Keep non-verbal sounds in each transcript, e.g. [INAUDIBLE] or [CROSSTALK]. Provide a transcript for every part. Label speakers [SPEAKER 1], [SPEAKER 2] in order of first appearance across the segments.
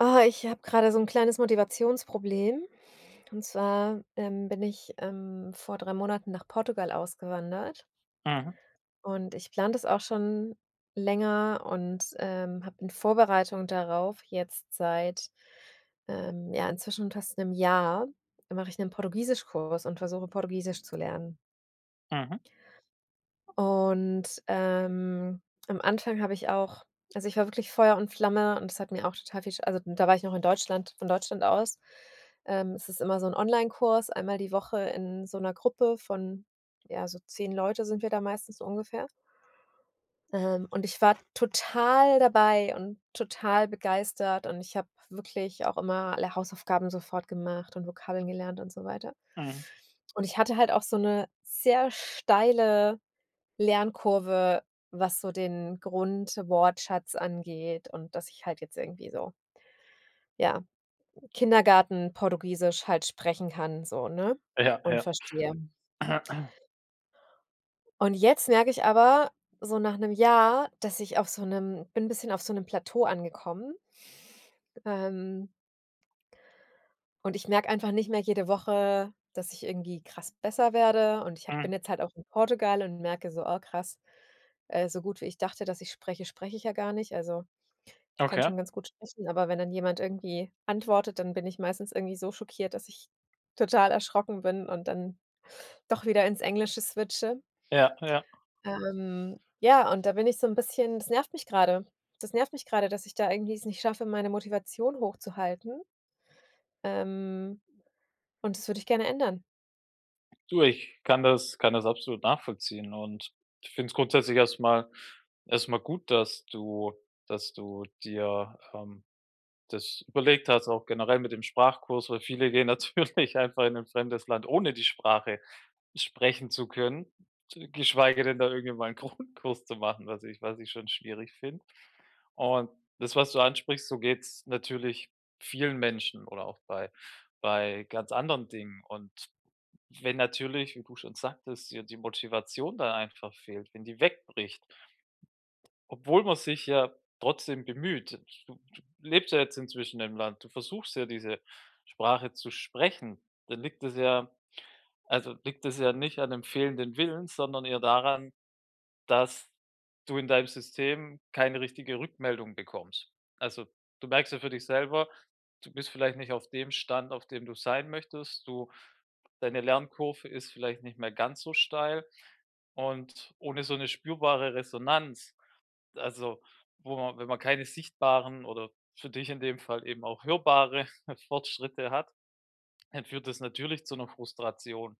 [SPEAKER 1] Oh, ich habe gerade so ein kleines Motivationsproblem. Und zwar, bin ich, vor 3 Monaten nach Portugal ausgewandert
[SPEAKER 2] Mhm,
[SPEAKER 1] und ich plane das auch schon länger und, habe in Vorbereitung darauf jetzt seit, ja, inzwischen fast einem Jahr mache ich einen Portugiesischkurs und versuche, Portugiesisch zu lernen.
[SPEAKER 2] mhm,
[SPEAKER 1] Und, am Anfang habe ich auch, also, ich war wirklich Feuer und Flamme und es hat mir auch total viel Sch also, da war ich noch in Deutschland, von Deutschland aus. Es ist immer so ein Online-Kurs, einmal die Woche in so einer Gruppe von, ja, so 10 Leute sind wir da meistens so ungefähr. Und ich war total dabei und total begeistert und ich habe wirklich auch immer alle Hausaufgaben sofort gemacht und Vokabeln gelernt und so weiter.
[SPEAKER 2] mhm.
[SPEAKER 1] Und ich hatte halt auch so eine sehr steile Lernkurve, was so den Grundwortschatz angeht, und dass ich halt jetzt irgendwie so, ja, Kindergarten-Portugiesisch halt sprechen kann so, ne,
[SPEAKER 2] Ja,
[SPEAKER 1] und
[SPEAKER 2] ja.
[SPEAKER 1] verstehe.
[SPEAKER 2] [CLEARS THROAT]
[SPEAKER 1] Und jetzt merke ich aber so nach einem Jahr, dass ich auf so 'nem bin 'n bisschen auf so 'nem Plateau angekommen. Ähm, und ich merke einfach nicht mehr jede Woche, dass ich irgendwie krass besser werde, und ich habe bin
[SPEAKER 2] Mhm,
[SPEAKER 1] jetzt halt auch in Portugal und merke so: „Oh krass, so gut wie ich dachte, dass ich spreche, spreche ich ja gar nicht.“ Also, ich kann
[SPEAKER 2] okay.
[SPEAKER 1] schon ganz gut sprechen, aber wenn dann jemand irgendwie antwortet, dann bin ich meistens irgendwie so schockiert, dass ich total erschrocken bin und dann doch wieder ins Englische switche.
[SPEAKER 2] Ja, ja.
[SPEAKER 1] Ja, und da bin ich so ein bisschen, das nervt mich gerade. Das nervt mich gerade, dass ich da irgendwie es nicht schaffe, meine Motivation hochzuhalten. Ähm, und das würde ich gerne ändern.
[SPEAKER 2] Du, ich kann das absolut nachvollziehen und ich finde es grundsätzlich erstmal gut, dass du dir, das überlegt hast, auch generell mit dem Sprachkurs, weil viele gehen natürlich [LAUGHS] einfach in ein fremdes Land, ohne die Sprache sprechen zu können, geschweige denn da irgendwie mal einen [LAUGHS] Grundkurs zu machen, was ich schon schwierig finde. Und das, was du ansprichst, so geht's natürlich vielen Menschen oder auch bei ganz anderen Dingen. Und wenn natürlich, wie du schon sagtest, dir die Motivation dann einfach fehlt, wenn die wegbricht, obwohl man sich ja trotzdem bemüht. Du lebst ja jetzt inzwischen im Land. Du versuchst ja, diese Sprache zu sprechen. Dann liegt es ja also, liegt es ja nicht an dem fehlenden Willen, sondern eher daran, dass du in deinem System keine richtige Rückmeldung bekommst. Also, du merkst ja für dich selber, du bist vielleicht nicht auf dem Stand, auf dem du sein möchtest. Du Deine Lernkurve ist vielleicht nicht mehr ganz so steil und ohne so eine spürbare Resonanz, also, wo man wenn man keine sichtbaren oder für dich in dem Fall eben auch hörbare [LAUGHS] Fortschritte hat, dann führt das natürlich zu einer Frustration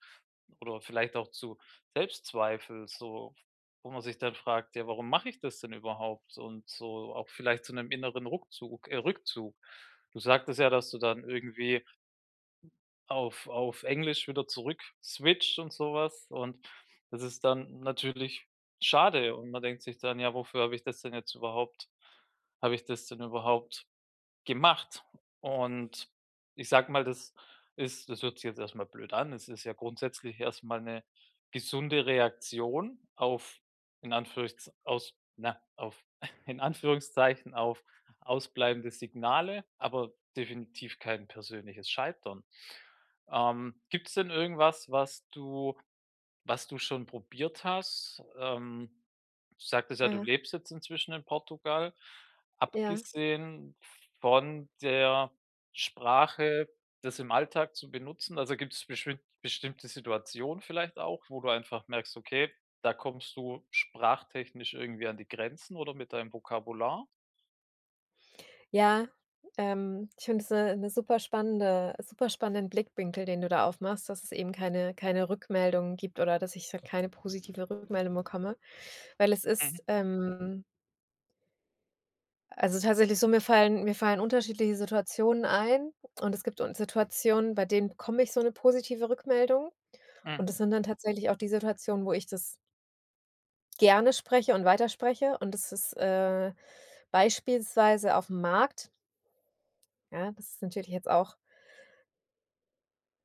[SPEAKER 2] oder vielleicht auch zu Selbstzweifel, so, wo man sich dann fragt: „Ja, warum mache ich das denn überhaupt?“ Und so auch vielleicht zu einem inneren Rückzug. Du sagtest ja, dass du dann irgendwie auf Englisch wieder zurück switcht und sowas. Und das ist dann natürlich schade und man denkt sich dann: „Ja, wofür habe ich das denn jetzt überhaupt habe ich das denn überhaupt gemacht?“ Und ich sage mal, das hört sich jetzt erstmal blöd an. Es ist ja grundsätzlich erstmal eine gesunde Reaktion auf in Anführungs aus na, auf [LAUGHS] in Anführungszeichen, auf ausbleibende Signale, aber definitiv kein persönliches Scheitern. Gibt es denn irgendwas, was du schon probiert hast? Du sagtest ja, du
[SPEAKER 1] Ja,
[SPEAKER 2] lebst jetzt inzwischen in Portugal.
[SPEAKER 1] ja.
[SPEAKER 2] Abgesehen von der Sprache, das im Alltag zu benutzen, also gibt es bestimmte Situationen vielleicht auch, wo du einfach merkst, okay, da kommst du sprachtechnisch irgendwie an die Grenzen oder mit deinem Vokabular?
[SPEAKER 1] Ja, ich finde es eine 'ne super spannenden Blickwinkel, den du da aufmachst, dass es eben keine Rückmeldungen gibt oder dass ich da keine positive Rückmeldung bekomme, weil es
[SPEAKER 2] Mhm,
[SPEAKER 1] ist, also, tatsächlich so, mir fallen unterschiedliche Situationen ein, und es gibt un Situationen, bei denen bekomme ich so eine positive Rückmeldung, und
[SPEAKER 2] mhm,
[SPEAKER 1] das sind dann tatsächlich auch die Situationen, wo ich das gerne spreche und weiterspreche, und das ist, beispielsweise auf dem Markt. Ja, das ist natürlich jetzt auch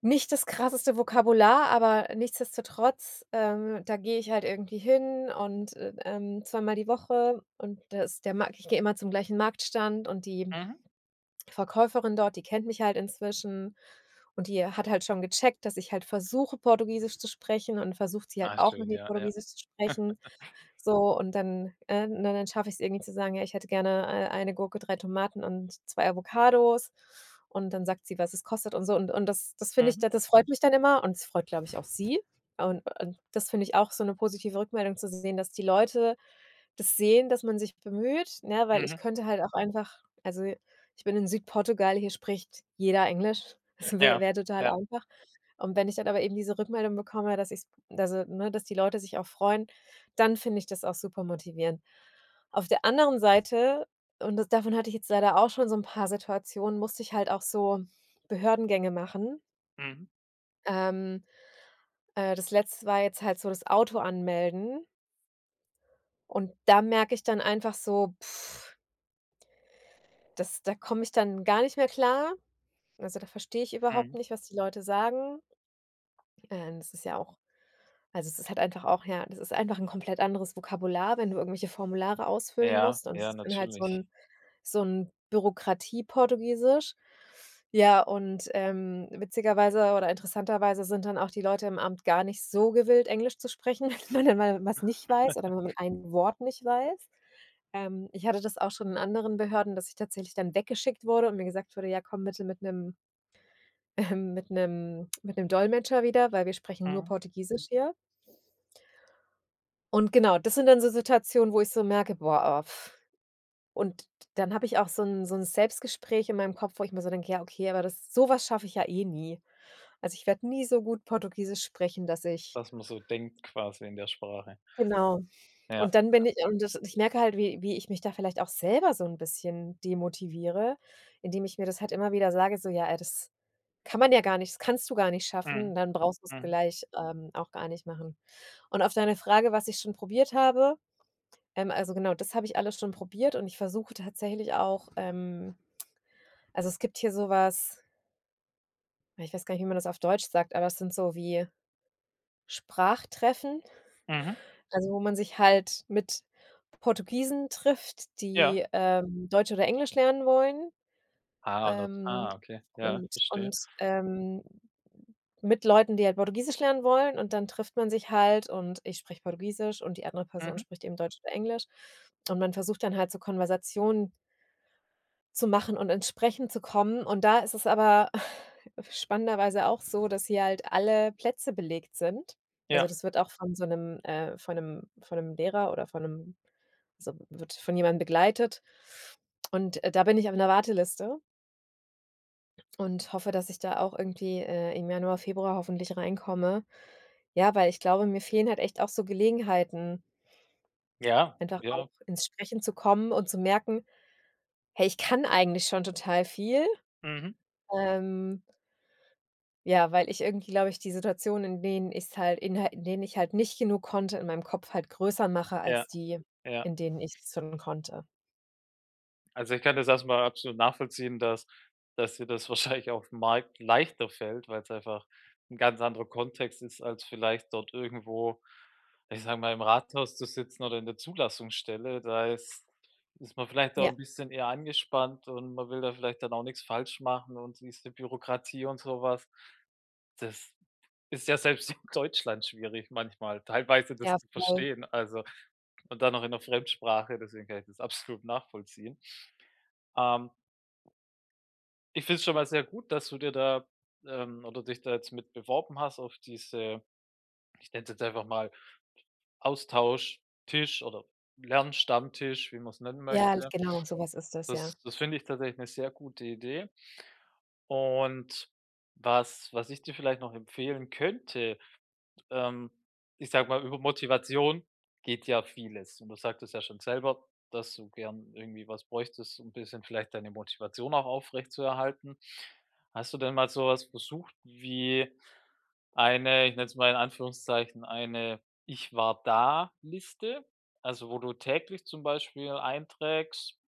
[SPEAKER 1] nicht das krasseste Vokabular, aber nichtsdestotrotz, da gehe ich halt irgendwie hin und, zweimal die Woche und das der Markt ich gehe immer zum gleichen Marktstand, und die
[SPEAKER 2] mhm.
[SPEAKER 1] Verkäuferin dort, die kennt mich halt inzwischen und die hat halt schon gecheckt, dass ich halt versuche, Portugiesisch zu sprechen, und versucht sie halt
[SPEAKER 2] Ah,
[SPEAKER 1] auch mit
[SPEAKER 2] schön,
[SPEAKER 1] mir
[SPEAKER 2] ja, ja.
[SPEAKER 1] Portugiesisch zu sprechen. So, und dann schaffe ich es irgendwie zu sagen: „Ja, ich hätte gerne, eine Gurke, 3 Tomaten und 2 Avocados.“ Und dann sagt sie, was es kostet und so, und das finde ich,
[SPEAKER 2] Mhm,
[SPEAKER 1] da das freut mich dann immer, und es freut, glaube ich, auch sie. Und das finde ich auch, so eine positive Rückmeldung zu sehen, dass die Leute das sehen, dass man sich bemüht, ne, weil ich
[SPEAKER 2] mhm.
[SPEAKER 1] könnte halt auch einfach, also, ich bin in Südportugal, hier spricht jeder Englisch. [LAUGHS] Das wä
[SPEAKER 2] Ja,
[SPEAKER 1] wäre total
[SPEAKER 2] ja.
[SPEAKER 1] einfach. Und wenn ich dann aber eben diese Rückmeldung bekomme, dass ich's, also, ne, dass die Leute sich auch freuen, dann finde ich das auch super motivierend. Auf der anderen Seite, und das davon hatte ich jetzt leider auch schon so 'n paar Situationen, musste ich halt auch so Behördengänge machen.
[SPEAKER 2] Mhm,
[SPEAKER 1] Ähm, Das letzte war jetzt halt so das Auto anmelden, und da merke ich dann einfach so: Das Da komme ich dann gar nicht mehr klar. Also, da verstehe ich überhaupt
[SPEAKER 2] mhm.
[SPEAKER 1] nicht, was die Leute sagen. Das ist ja auch, also, es ist halt einfach auch, ja, das ist einfach ein komplett anderes Vokabular, wenn du irgendwelche Formulare ausfüllen
[SPEAKER 2] Ja,
[SPEAKER 1] musst, und es
[SPEAKER 2] ja,
[SPEAKER 1] ist dann halt so
[SPEAKER 2] natürlich.
[SPEAKER 1] ein so ein Bürokratie-Portugiesisch. Ja, und, witzigerweise oder interessanterweise sind dann auch die Leute im Amt gar nicht so gewillt, Englisch zu sprechen, [LAUGHS] wenn man dann mal was nicht weiß oder wenn man ein Wort nicht weiß. Ich hatte das auch schon in anderen Behörden, dass ich tatsächlich dann weggeschickt wurde und mir gesagt wurde: „Ja, komm bitte mit einem ähm, [LAUGHS] mit einem Dolmetscher wieder, weil wir sprechen nur
[SPEAKER 2] Mhm.
[SPEAKER 1] Portugiesisch hier.“ Und genau, das sind dann so Situationen, wo ich so merke: „Boah, oh, pff.“ Und dann habe ich auch so ein Selbstgespräch in meinem Kopf, wo ich mir so denke: „Ja, okay, aber das sowas schaffe ich ja eh nie. Also, ich werde nie so gut Portugiesisch sprechen, dass ich“
[SPEAKER 2] Dass man so denkt quasi in der Sprache.
[SPEAKER 1] genau. Und
[SPEAKER 2] Ja.
[SPEAKER 1] dann bin ich, und das ich merke halt, wie ich mich da vielleicht auch selber so ein bisschen demotiviere, indem ich mir das halt immer wieder sage, so: „Ja, ey, das kannst du gar nicht
[SPEAKER 2] Mhm,
[SPEAKER 1] schaffen, dann brauchst du es
[SPEAKER 2] mhm,
[SPEAKER 1] gleich, auch gar nicht machen.“ Und auf deine Frage, was ich schon probiert habe, also genau, das habe ich alles schon probiert, und ich versuche tatsächlich auch, also, es gibt hier so was, ich weiß gar nicht, wie man das auf Deutsch sagt, aber es sind so wie Sprachtreffen.
[SPEAKER 2] mhm,
[SPEAKER 1] Also, wo man sich halt mit Portugiesen trifft,
[SPEAKER 2] ja.
[SPEAKER 1] die, Deutsch oder Englisch lernen wollen,
[SPEAKER 2] Ah, not.
[SPEAKER 1] ähm,
[SPEAKER 2] Ah, okay. Ja,
[SPEAKER 1] und
[SPEAKER 2] verstehe.
[SPEAKER 1] und, ähm, mit Leuten, die halt Portugiesisch lernen wollen, und dann trifft man sich halt, und ich spreche Portugiesisch und die andere Person
[SPEAKER 2] Mhm,
[SPEAKER 1] spricht eben Deutsch oder Englisch, und man versucht dann halt so Konversationen zu machen und ins Sprechen zu kommen. Und da ist es aber [LAUGHS] spannenderweise auch so, dass hier halt alle Plätze belegt sind. Also,
[SPEAKER 2] ja,
[SPEAKER 1] das wird auch von so einem, von einem Lehrer oder also, wird von jemandem begleitet. Und, da bin ich auf einer Warteliste und hoffe, dass ich da auch irgendwie, im Januar, Februar hoffentlich reinkomme. Ja, weil ich glaube, mir fehlen halt echt auch so Gelegenheiten,
[SPEAKER 2] ja,
[SPEAKER 1] einfach auch
[SPEAKER 2] ja.
[SPEAKER 1] ins Sprechen zu kommen und zu merken: „Hey, ich kann eigentlich schon total viel,“
[SPEAKER 2] Mhm,
[SPEAKER 1] ähm, ja, weil ich irgendwie, glaube ich, die Situationen, in denen ich halt nicht genug konnte, in meinem Kopf halt größer mache als
[SPEAKER 2] ja,
[SPEAKER 1] die,
[SPEAKER 2] ja.
[SPEAKER 1] in denen ich's schon konnte.
[SPEAKER 2] Also, ich kann das erstmal absolut nachvollziehen, dass dir das [LAUGHS] wahrscheinlich aufm Markt leichter fällt, weil es einfach ein ganz anderer Kontext ist, als vielleicht dort irgendwo, ich sage mal, im Rathaus zu sitzen oder in der Zulassungsstelle. Da ist man vielleicht
[SPEAKER 1] Ja,
[SPEAKER 2] auch
[SPEAKER 1] ja,
[SPEAKER 2] ein bisschen eher angespannt und man will da vielleicht dann auch nichts falsch machen und diese Bürokratie und so was. Das ist ja selbst in Deutschland schwierig manchmal, teilweise
[SPEAKER 1] ja,
[SPEAKER 2] das zu
[SPEAKER 1] voll.
[SPEAKER 2] verstehen, also, und dann noch in 'ner Fremdsprache, deswegen kann ich das absolut nachvollziehen. Ähm, Ich finde es schon mal sehr gut, dass du oder dich da jetzt mit beworben hast auf diese, ich nenne es jetzt einfach mal Austauschtisch oder Lernstammtisch, wie man es nennen
[SPEAKER 1] Ja,
[SPEAKER 2] möchte.
[SPEAKER 1] genau, sowas ist das, ja.
[SPEAKER 2] Das finde ich tatsächlich eine sehr gute Idee. Und was ich dir vielleicht noch empfehlen könnte, ähm, ich sage mal, über Motivation geht ja vieles. Und du sagtest ja schon selber, dass du gern irgendwie was bräuchtest, um ein bisschen vielleicht deine Motivation auch aufrechtzuerhalten. Hast du denn mal so was versucht wie eine, ich nenne es mal in Anführungszeichen, eine „Ich war da“-Liste? Also, wo du täglich zum Beispiel einträgst,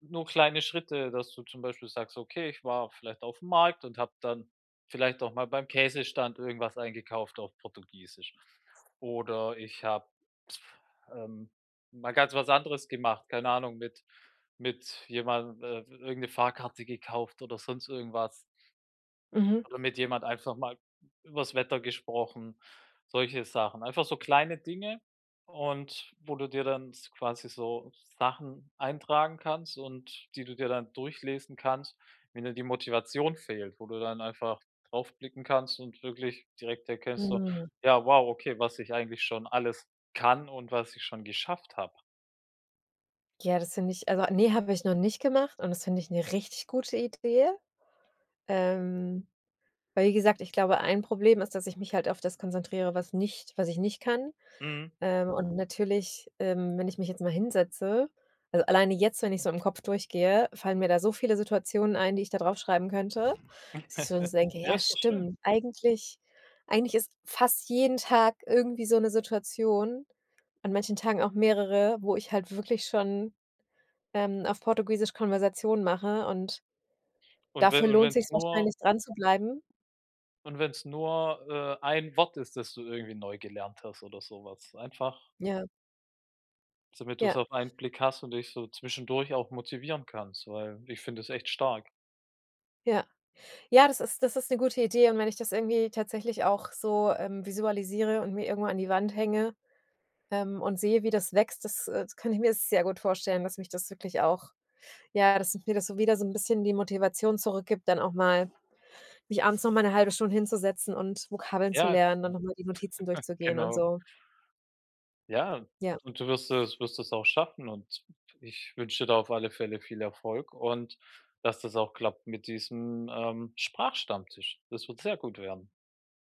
[SPEAKER 2] nur kleine Schritte, dass du zum Beispiel sagst: „Okay, ich war vielleicht auf dem Markt und habe dann vielleicht auch mal beim Käsestand irgendwas eingekauft auf Portugiesisch.“ Oder ich habe, ähm, mal ganz was anderes gemacht, keine Ahnung, mit jemand irgend 'ne Fahrkarte gekauft oder sonst irgendwas.
[SPEAKER 1] Mhm.
[SPEAKER 2] Oder mit jemand einfach mal übers Wetter gesprochen, solche Sachen. Einfach so kleine Dinge, und wo du dir dann s quasi so Sachen eintragen kannst und die du dir dann durchlesen kannst, wenn dir die Motivation fehlt, wo du dann einfach draufblicken kannst und wirklich direkt erkennst so:
[SPEAKER 1] Mhm.
[SPEAKER 2] „Ja, wow, okay, was ich eigentlich schon alles kann und was ich schon geschafft habe.“
[SPEAKER 1] Ja, das finde ich, also, nee, habe ich noch nicht gemacht, und das finde ich eine richtig gute Idee. Ähm, weil wie gesagt, ich glaube, ein Problem ist, dass ich mich halt auf das konzentriere, was ich nicht kann.
[SPEAKER 2] Mhm.
[SPEAKER 1] Und natürlich, wenn ich mich jetzt mal hinsetze, also, alleine jetzt, wenn ich so im Kopf durchgehe, fallen mir da so viele Situationen ein, die ich da draufschreiben könnte, dass ich schon
[SPEAKER 2] [LAUGHS]
[SPEAKER 1] so denke:
[SPEAKER 2] Ja,
[SPEAKER 1] „Ja,
[SPEAKER 2] ist doch schön.
[SPEAKER 1] stimmt, eigentlich ist fast jeden Tag irgendwie so eine Situation, an manchen Tagen auch mehrere, wo ich halt wirklich schon, auf Portugiesisch Konversation mache, und
[SPEAKER 2] Und wenn
[SPEAKER 1] dafür
[SPEAKER 2] und
[SPEAKER 1] lohnt
[SPEAKER 2] wenn es
[SPEAKER 1] sich's
[SPEAKER 2] nur
[SPEAKER 1] wahrscheinlich dran zu bleiben.“
[SPEAKER 2] Und wenn es nur, ein Wort ist, das du irgendwie neu gelernt hast oder sowas. Einfach,
[SPEAKER 1] Ja,
[SPEAKER 2] damit du es
[SPEAKER 1] ja,
[SPEAKER 2] auf einen Blick hast und dich so zwischendurch auch motivieren kannst, weil ich finde es echt stark.
[SPEAKER 1] ja. Ja, das ist eine gute Idee, und wenn ich das irgendwie tatsächlich auch so, visualisiere und mir irgendwo an die Wand hänge, und sehe, wie das wächst, das kann ich mir sehr gut vorstellen, dass mich das wirklich auch, ja, dass mir das so wieder so ein bisschen die Motivation zurückgibt, dann auch mal mich abends noch mal eine halbe Stunde hinzusetzen und Vokabeln zu
[SPEAKER 2] Ja,
[SPEAKER 1] lernen, dann
[SPEAKER 2] genau,
[SPEAKER 1] noch mal die Notizen durchzugehen und
[SPEAKER 2] genau.
[SPEAKER 1] so.
[SPEAKER 2] Ja,
[SPEAKER 1] Ja,
[SPEAKER 2] und du wirst es auch schaffen und ich wünsche dir da auf alle Fälle viel Erfolg und dass das auch klappt mit diesem, Sprachstammtisch. Das wird sehr gut werden.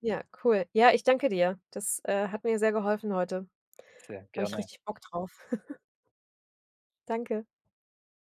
[SPEAKER 1] ja, cool. Ja, ich danke dir. Das hat mir sehr geholfen heute.
[SPEAKER 2] Sehr
[SPEAKER 1] Habe ich
[SPEAKER 2] gerne.
[SPEAKER 1] richtig Bock drauf. [LAUGHS] Danke.